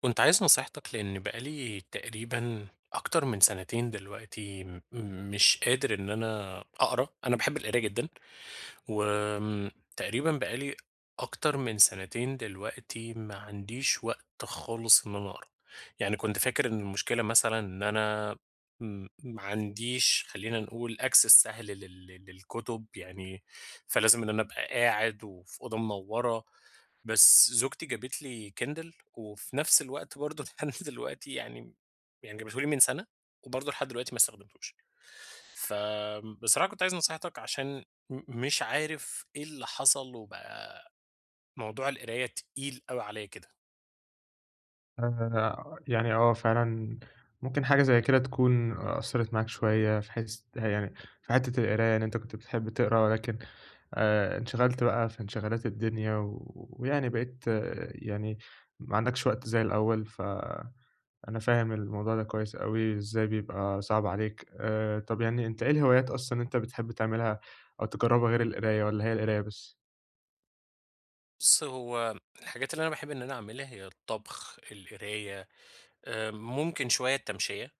كنت عايز نصيحتك لأن بقالي تقريبًا أكتر من سنتين دلوقتي مش قادر إن أنا أقرا، أنا باحب القراية جدًا، وآمم تقريبًا بقالي أكتر من سنتين دلوقتي ما عنديش وقت خالص إن أنا أقرا، يعني كنت فاكر إن المشكلة مثلًا إن أنا ما عنديش خلّينا نقول access سهل للكتب، يعني فلازم إن أنا أبقى قاعد وفي أوضة منوّرة. بس زوجتي جابت لي Kindle وفي نفس الوقت برضه لحد دلوقتي يعني جابته لي من سنة وبرضه لحد دلوقتي ما استخدمتوش. فبصراحة كنت عايز نصيحتك عشان مش عارف إيه اللي حصل وبقى موضوع القراية تقيل أوي عليّا كده. يعني، آه، فعلًا، ممكن حاجة زي كده تكون أثّرت معاك شوية في حيث، يعني في حتّة القراية، إن أنت كنت بتحب تقرا، ولكن انشغلت بقى في انشغالات الدنيا ويعني بقيت، يعني ما عندكش وقت زي الأول، فأنا فاهم الموضوع ده كويس أوي إزاي بيبقى صعب عليك. طَب، يعني أنت إيه الهوايات أصلًا أنت بتحب تعملها أو تجرّبها، غير القراية والّا هي القراية بس؟ بُص، هو الحاجات اللي أنا باحب إن أنا أعملها هي الطبخ، القراية، ممكن شوية التمشية.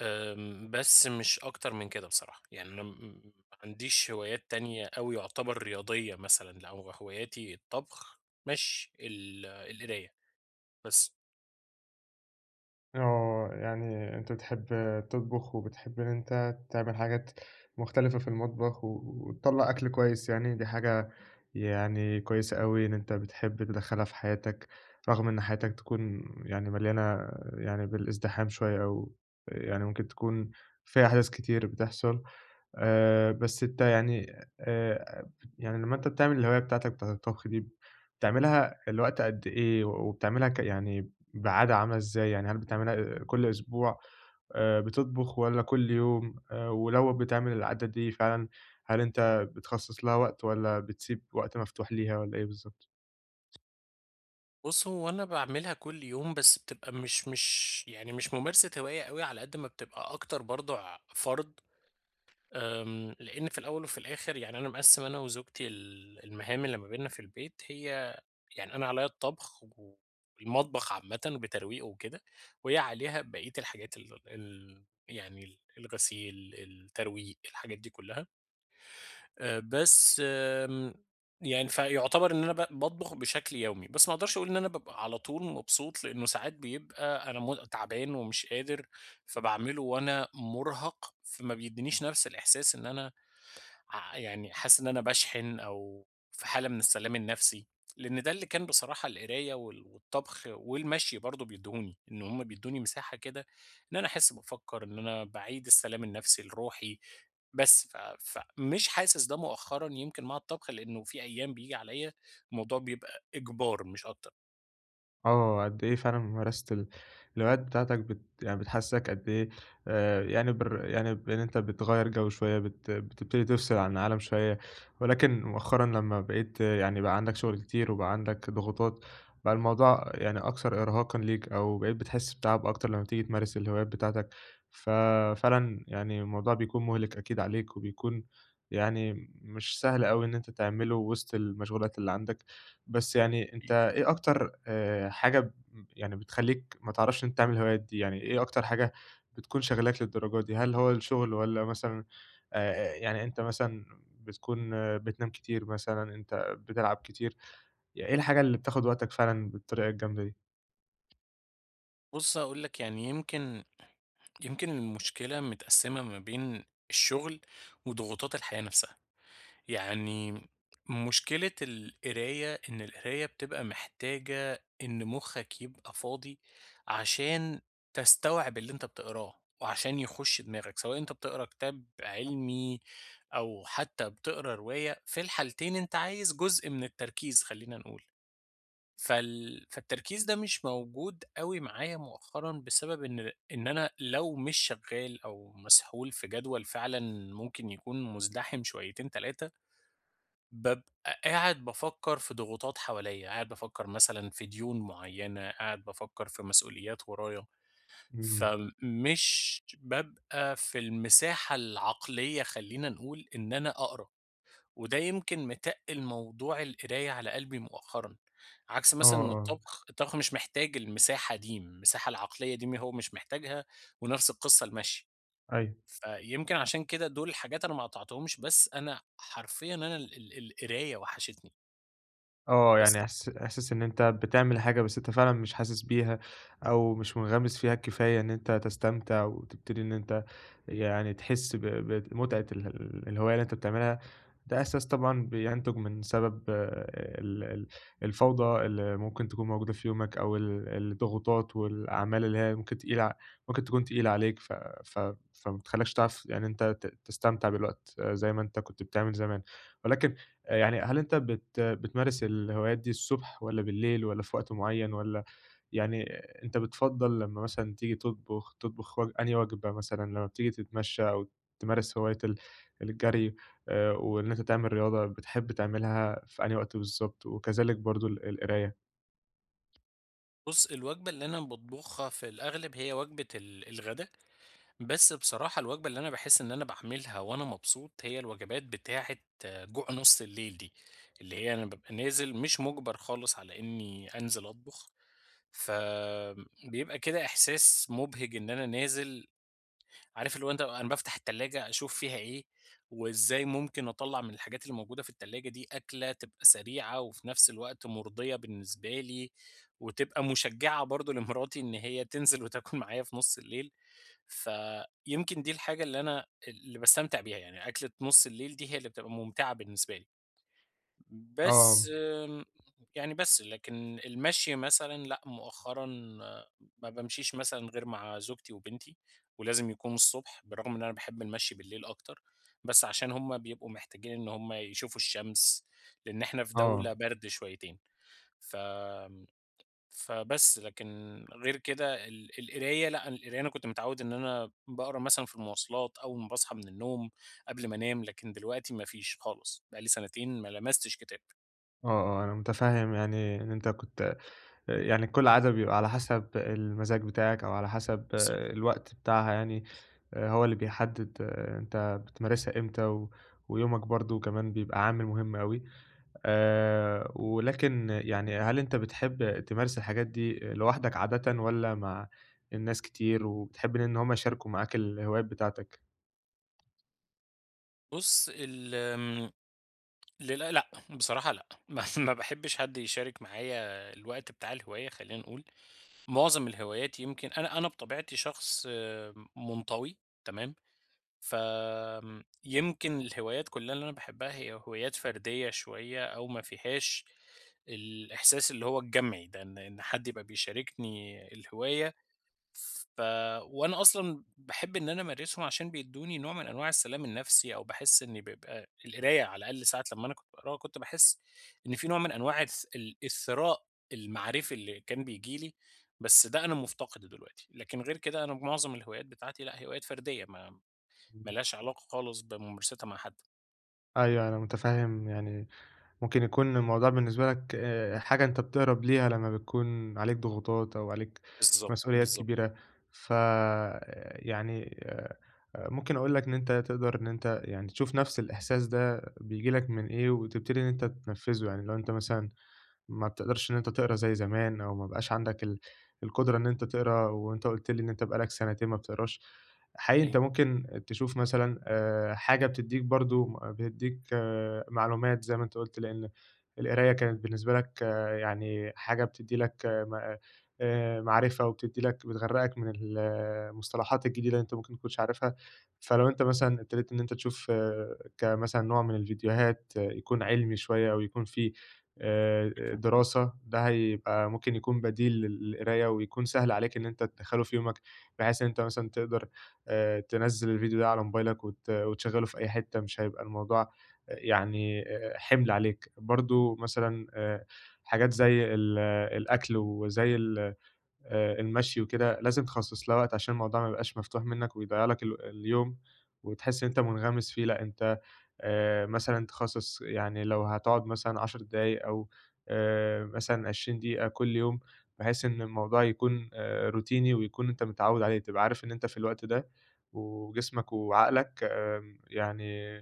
بس مش أكتر من كده بصراحة، يعني أنا م م ما عنديش هوايات تانية أوي يُعتبر رياضية مثلًا، لأ هو هواياتي الطبخ، ماشي، القراية بس. يعني أنت بتحب تطبخ وبتحب إن أنت تعمل حاجات مختلفة في المطبخ، و- وتطلّع أكل كويس يعني، دي حاجة يعني كويسة أوي إن أنت بتحب تدخّلها في حياتك، رغم إن حياتك تكون يعني مليانة، يعني بالازدحام شوية، أو يعني ممكن تكون فيها أحداث كتير بتحصل. بس أنت يعني، آآ يعني لمّا أنت بتعمل الهواية بتاعتك بتاعة الطبخ دي، بتعملها لوقت قد إيه؟ و- وبتعملها، يعني بعادة عاملة إزاي؟ يعني هل بتعملها كل أسبوع، بتطبخ، والّا كل يوم؟ ولو بتعمل العادة دي فعلًا، هل أنت بتخصص لها وقت والّا بتسيب وقت مفتوح ليها والّا إيه بالضبط؟ بُص هو أنا باعملها كل يوم، بس بتبقى مش يعني مش ممارسة هواية أوي، على قد ما بتبقى أكتر برضه ع فرض لإن في الأول وفي الآخر يعني أنا مقسّم أنا وزوجتي المهام اللي ما بيننا في البيت هي يعني أنا عليّا الطبخ والمطبخ عامةً بترويقه وكده، وهي عليها بقية الحاجات ال ال يعني الغسيل، الترويق، الحاجات دي كلّها. بس آمم، يعني فيعتبر إن أنا باطبخ بشكل يومي، بس ما أقدرش أقول إن أنا بابقى على طول مبسوط، لإنه ساعات بيبقى أنا تعبان ومش قادر، فباعمله وأنا مُرهَق، فما بيدّينيش نفس الإحساس إن أنا ع يعني حاسس إن أنا باشحن أو في حالة من السلام النفسي، لإن ده اللي كان بصراحة القراية والطبخ والمشي برضه بيدّوني، إن هم بيدّوني مساحة كده إن أنا أحس بافكّر، إن أنا باعيد السلام النفسي لروحي، بس فمش حاسس ده مؤخرًا يمكن مع الطبخ، لإنه في أيام بييجي عليَّ الموضوع بيبقى إجبار مش أكتر. قد إيه فعلًا ممارسة الهوايات بتاعتك، يعني بتحسّسك قد إيه؟ يعني، يعني بإن أنت بتغيّر جو شوية، بتبتدي تفصل عن العالم شوية، ولكن مؤخرًا لمّا بقيت، يعني بقى عندك شغل كتير وبقى عندك ضغوطات، بقى الموضوع يعني أكثر إرهاقًا ليك، أو بقيت بتحس بتعب أكتر لمّا تيجي تمارس الهوايات بتاعتك. ففعلًا يعني الموضوع بيكون مُهلِك أكيد عليك، وبيكون يعني مش سهل أوي إن أنت تعمله وسط المشغولات اللي عندك. بس يعني أنت إيه أكتر حاجة، يعني بتخلّيك ما تعرفش إن أنت تعمل الهوايات دي؟ يعني إيه أكتر حاجة بتكون شاغلاك للدرجة دي؟ هل هو الشغل، والّا مثلًا يعني أنت مثلًا بتكون، بتنام كتير مثلًا، أنت بتلعب كتير، يعني إيه الحاجة اللي بتاخد وقتك فعلًا بالطريقة الجامدة دي؟ بُص هاقول لك يعني يمكن المشكلة متقسّمة ما بين الشغل وضغوطات الحياة نفسها. يعني مشكلة القراية إن القراية بتبقى محتاجة إن مخك يبقى فاضي عشان تستوعب اللي أنت بتقراه وعشان يخش دماغك سواء أنت بتقرا كتاب علمي أو حتى بتقرا رواية في الحالتين أنت عايز جزء من التركيز خلينا نقول فالتركيز ده مش موجود قوي معايا مؤخرا بسبب ان انا لو مش شغال او مسحول في جدول فعلا ممكن يكون مزدحم شويتين تلاتة بابقى قاعد بافكّر في ضغوطات حواليّا، قاعد بافكّر مثلًا في ديون معيّنة، قاعد بافكّر في مسؤوليات ورايا، إمم. فمش بابقى في المساحة العقلية خلّينا نقول إن أنا أقرا، وده يمكن متقِّل موضوع القراية على قلبي مؤخرًا، عكس آه، مثلًا إن آه، الطبخ، الطبخ مش محتاج المساحة دي، المساحة العقلية دي هو مش محتاجها ونفس القصة المشي، أيوه. فيمكن عشان كده دول الحاجات أنا ما قطعتهمش، بس أنا حرفيًا أنا ال ال القراية وحشتني. يعني، بس إحساس إن أنت بتعمل حاجة بس أنت فعلًا مش حاسس بيها، أو مش منغمس فيها الكفاية إن أنت تستمتع وتبتدي إن أنت يعني تحس بمتعة الهواية اللي أنت بتعملها. ده إحساس طبعًا بينتج من سبب، آه، ال ال الفوضى اللي ممكن تكون موجودة في يومك، أو الضغوطات والأعمال اللي هي ممكن تقيلة، ممكن تكون تقيلة عليك، ف ف فما بتخلّكش تعرف، يعني أنت تستمتع بالوقت، زي ما أنت كنت بتعمل زمان. ولكن يعني، هل أنت بتمارس الهوايات دي الصبح، والّا بالليل، والّا في وقت معيّن، والّا يعني أنت بتفضّل لمّا مثلًا تيجي تطبخ أنهي وجبة؟ مثلًا لمّا بتيجي تتمشّى، أو تمارس هواية الجري، وإن أنت تعمل رياضة، بتحب تعملها في أنهي وقت بالضبط؟ وكذلك برضه القراية. بُص، الوجبة اللي أنا باطبخها في الأغلب هي وجبة الغدا، بس بصراحة الوجبة اللي أنا باحس إن أنا باعملها وأنا مبسوط هي الوجبات بتاعة آه، جوع نُص الليل دي، اللي هي أنا بابقى نازل مش مُجبر خالص على إني أنزل أطبخ، فبيبقى كده إحساس مُبهِج إن أنا نازل عارف اللي هو أنت أنا بافتح التلاجة أشوف فيها إيه، وإزاي ممكن أطلّع من الحاجات اللي موجودة في التلاجة دي أكلة تبقى سريعة وفي نفس الوقت مُرضية بالنسبة لي، وتبقى مشجعة برضه لمراتي إن هي تنزل وتاكل معايا في نُص الليل، فيمكن دي الحاجة اللي أنا باستمتع بيها، يعني أكلة نُص الليل دي هي اللي بتبقى ممتعة بالنسبة لي. آه، بس آمم، يعني بس، لكن المشي مثلًا لأ، مؤخرًا ما بامشيش مثلًا غير مع زوجتي وبنتي، ولازم يكون الصبح، بالرغم إن أنا باحب المشي بالليل أكتر، بس عشان هُم بيبقوا محتاجين إن هُم يشوفوا الشمس، لإن إحنا في آه، دولة برد شويتين، ف فبس، لكن غير كده القراية لأ، القراية أنا كنت متعوّد إن أنا باقرا مثلًا في المواصلات، أول ما باصحى من النوم، قبل ما أنام، لكن دلوقتي ما فيش خالص، بقى لي سنتين ما لمستش كتاب. آه، آه، أنا متفهّم يعني إن أنت كنت، يعني كل عادة بيبقى على حسب المزاج بتاعك، أو على حسب، بالضبط. الوقت بتاعها يعني. هو اللي بيحدد، أنت بتمارسها إمتى، ويومك برضه كمان بيبقى عامل مهم أوي. ولكن يعني، هل أنت بتحب تمارس الحاجات دي لوحدك عادةً، والّا مع الناس كتير وبتحب إن هم يشاركوا معاك الهوايات بتاعتك؟ بُص ال آمم لل لأ، بصراحة لأ، ما باحبش حد يشارك معايا الوقت بتاع الهواية خلّينا نقول، معظم الهوايات يمكن أنا بطبيعتي شخص آه، منطوي تمام، يمكن الهوايات كلّها اللي أنا باحبها هي هوايات فردية شوية أو ما فيهاش الإحساس اللي هو الجمعي ده، إن حد يبقى بيشاركني الهواية ف وأنا أصلًا باحب إن أنا أمارسهم عشان بيدّوني نوع من أنواع السلام النفسي، أو باحس إني بيبقى القراية على الأقل ساعة لمّا أنا كنت باقراها كنت باحس إن في نوع من أنواع الثراء المعرفي اللي كان بييجي لي، بس ده أنا مفتقده دلوقتي، لكن غير كده أنا معظم الهوايات بتاعتي لأ، هوايات فردية ما إمم. لهاش علاقة خالص بممارستها مع حد. أيوه، أنا متفهم يعني، ممكن يكون الموضوع بالنسبة لك حاجة أنت بتهرب ليها لمّا بتكون عليك ضغوطات، أو عليك بالضبط، مسؤوليات بالضبط، كبيرة. ف آه، يعني، ممكن أقول لك إن أنت تقدر إن أنت يعني تشوف نفس الإحساس ده بييجي لك من إيه، وتبتدي إن أنت تنفّذه. يعني لو أنت مثلًا ما بتقدرش إن أنت تقرا زي زمان، أو ما بقاش عندك القدرة إن أنت تقرا، وأنت قُلت لي إن أنت بقى لك سنتين ما بتقراش. حقيقي أنت أيوه، ممكن تشوف مثلًا حاجة بتدّيك برضه، بتدّيك، معلومات زي ما أنت قُلت، لإن القراية كانت بالنسبة لك، يعني حاجة بتدّي لك، آه، م معرفة، وبتدّي لك، بتغرّقك من المصطلحات الجديدة اللي أنت ممكن ما تكونش عارفها. فلو أنت مثلًا ابتديت إن أنت تشوف، كمثلًا نوع من الفيديوهات، يكون علمي شوية، أو يكون فيه دراسة، ده هيبقى ممكن يكون بديل للقراية، ويكون سهل عليك إن أنت تدخّله في يومك، بحيث إن أنت مثلًا تقدر تنزّل الفيديو ده على موبايلك، وت وتشغّله في أي حتّة، مش هيبقى الموضوع، حِمل عليك. برضه مثلًا، حاجات زي ال آه، الأكل، وزي ال المشي وكده، لازم تخصّص لها وقت عشان الموضوع ما يبقاش مفتوح منّك، ويضيّع لك اليوم، وتحس إن أنت منغمس فيه. لأ، أنت مثلًا تخصّص، يعني لو هتقعد مثلًا 10 دقايق، أو مثلًا 20 دقيقة كل يوم، بحيث إن الموضوع يكون روتيني، ويكون أنت متعوّد عليه، تبقى عارف إن أنت في الوقت ده، وجسمك وعقلك، يعني،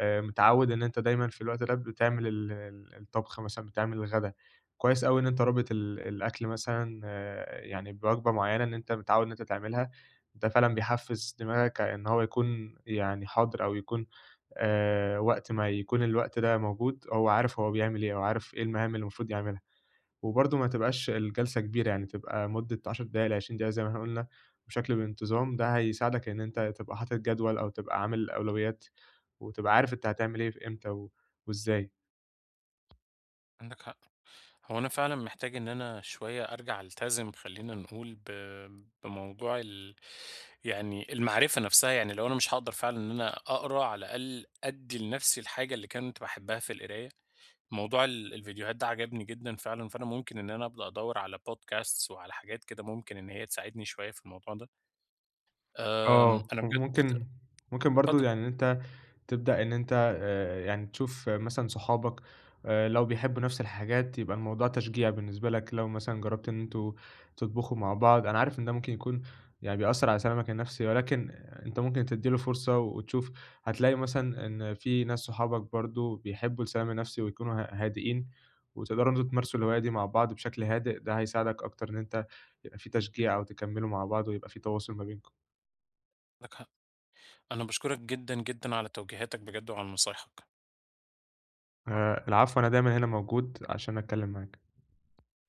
متعوّد إن أنت دايمًا في الوقت ده بتعمل ال ال الطبخ مثلًا، بتعمل الغدا. كويس أوي إن أنت رابط الأكل مثلًا، يعني بوجبة معيّنة إن أنت متعوّد إن أنت تعملها، ده فعلًا بيحفّز دماغك إن هو يكون يعني حاضر، أو يكون وقت ما يكون الوقت ده موجود، هو عارف هو بيعمل إيه، أو عارف إيه المهام اللي المفروض يعملها. وبرضه ما تبقاش الجلسة كبيرة، يعني تبقى مدة 10 دقايق ل20 دقيقة زي ما إحنا قُلنا بشكل بانتظام، ده هيساعدك إن أنت تبقى حاطط جدول، أو تبقى عامل أولويات، وتبقى عارف أنت هتعمل إيه، في إمتى، وإزاي. عندك حق. هو أنا فعلًا محتاج إن أنا شوية أرجع ألتزم خلّينا نقول بموضوع يعني المعرفة نفسها، يعني لو أنا مش هاقدر فعلًا إن أنا أقرا على الأقل أدّي لنفسي الحاجة اللي كنت باحبها في القراية، موضوع الفيديوهات ده عجبني جدًا فعلًا، فأنا ممكن إن أنا أبدأ أدوّر على podcasts وعلى حاجات كده ممكن إن هي تساعدني شوية في الموضوع ده. آمم، آه، أنا بجد وممكن برضه اتفضل، يعني إن أنت تبدأ إن أنت، يعني تشوف، مثلًا صحابك، لو بيحبّوا نَفْس الحاجات يبقى الموضوع تشجيع بالنسبة لك. لو مثلًا جرّبت إن أنتم تطبخوا مع بعض، أنا عارف إن ده ممكن يكون يعني بيأثّر على سلامك النَفْسي، ولكن أنت ممكن تدّي له فرصة وتشوف، هتلاقي مثلًا إن في ناس صحابك برضه بيحبّوا السلام النَفْسي ويكونوا هادئين، وتقدروا إن أنتم تمارسوا الهواية دي مع بعض بشكل هادئ، ده هيساعدك أكتر إن أنت يبقى في تشجيع، أو تكمّلوا مع بعض ويبقى في تواصل ما بينكم. عندك حق، أنا باشكرك جدًا، جدًا على توجيهاتك بجد وعلى نصايحك. العفو، أنا دايمًا هنا موجود عشان أتكلّم معاك.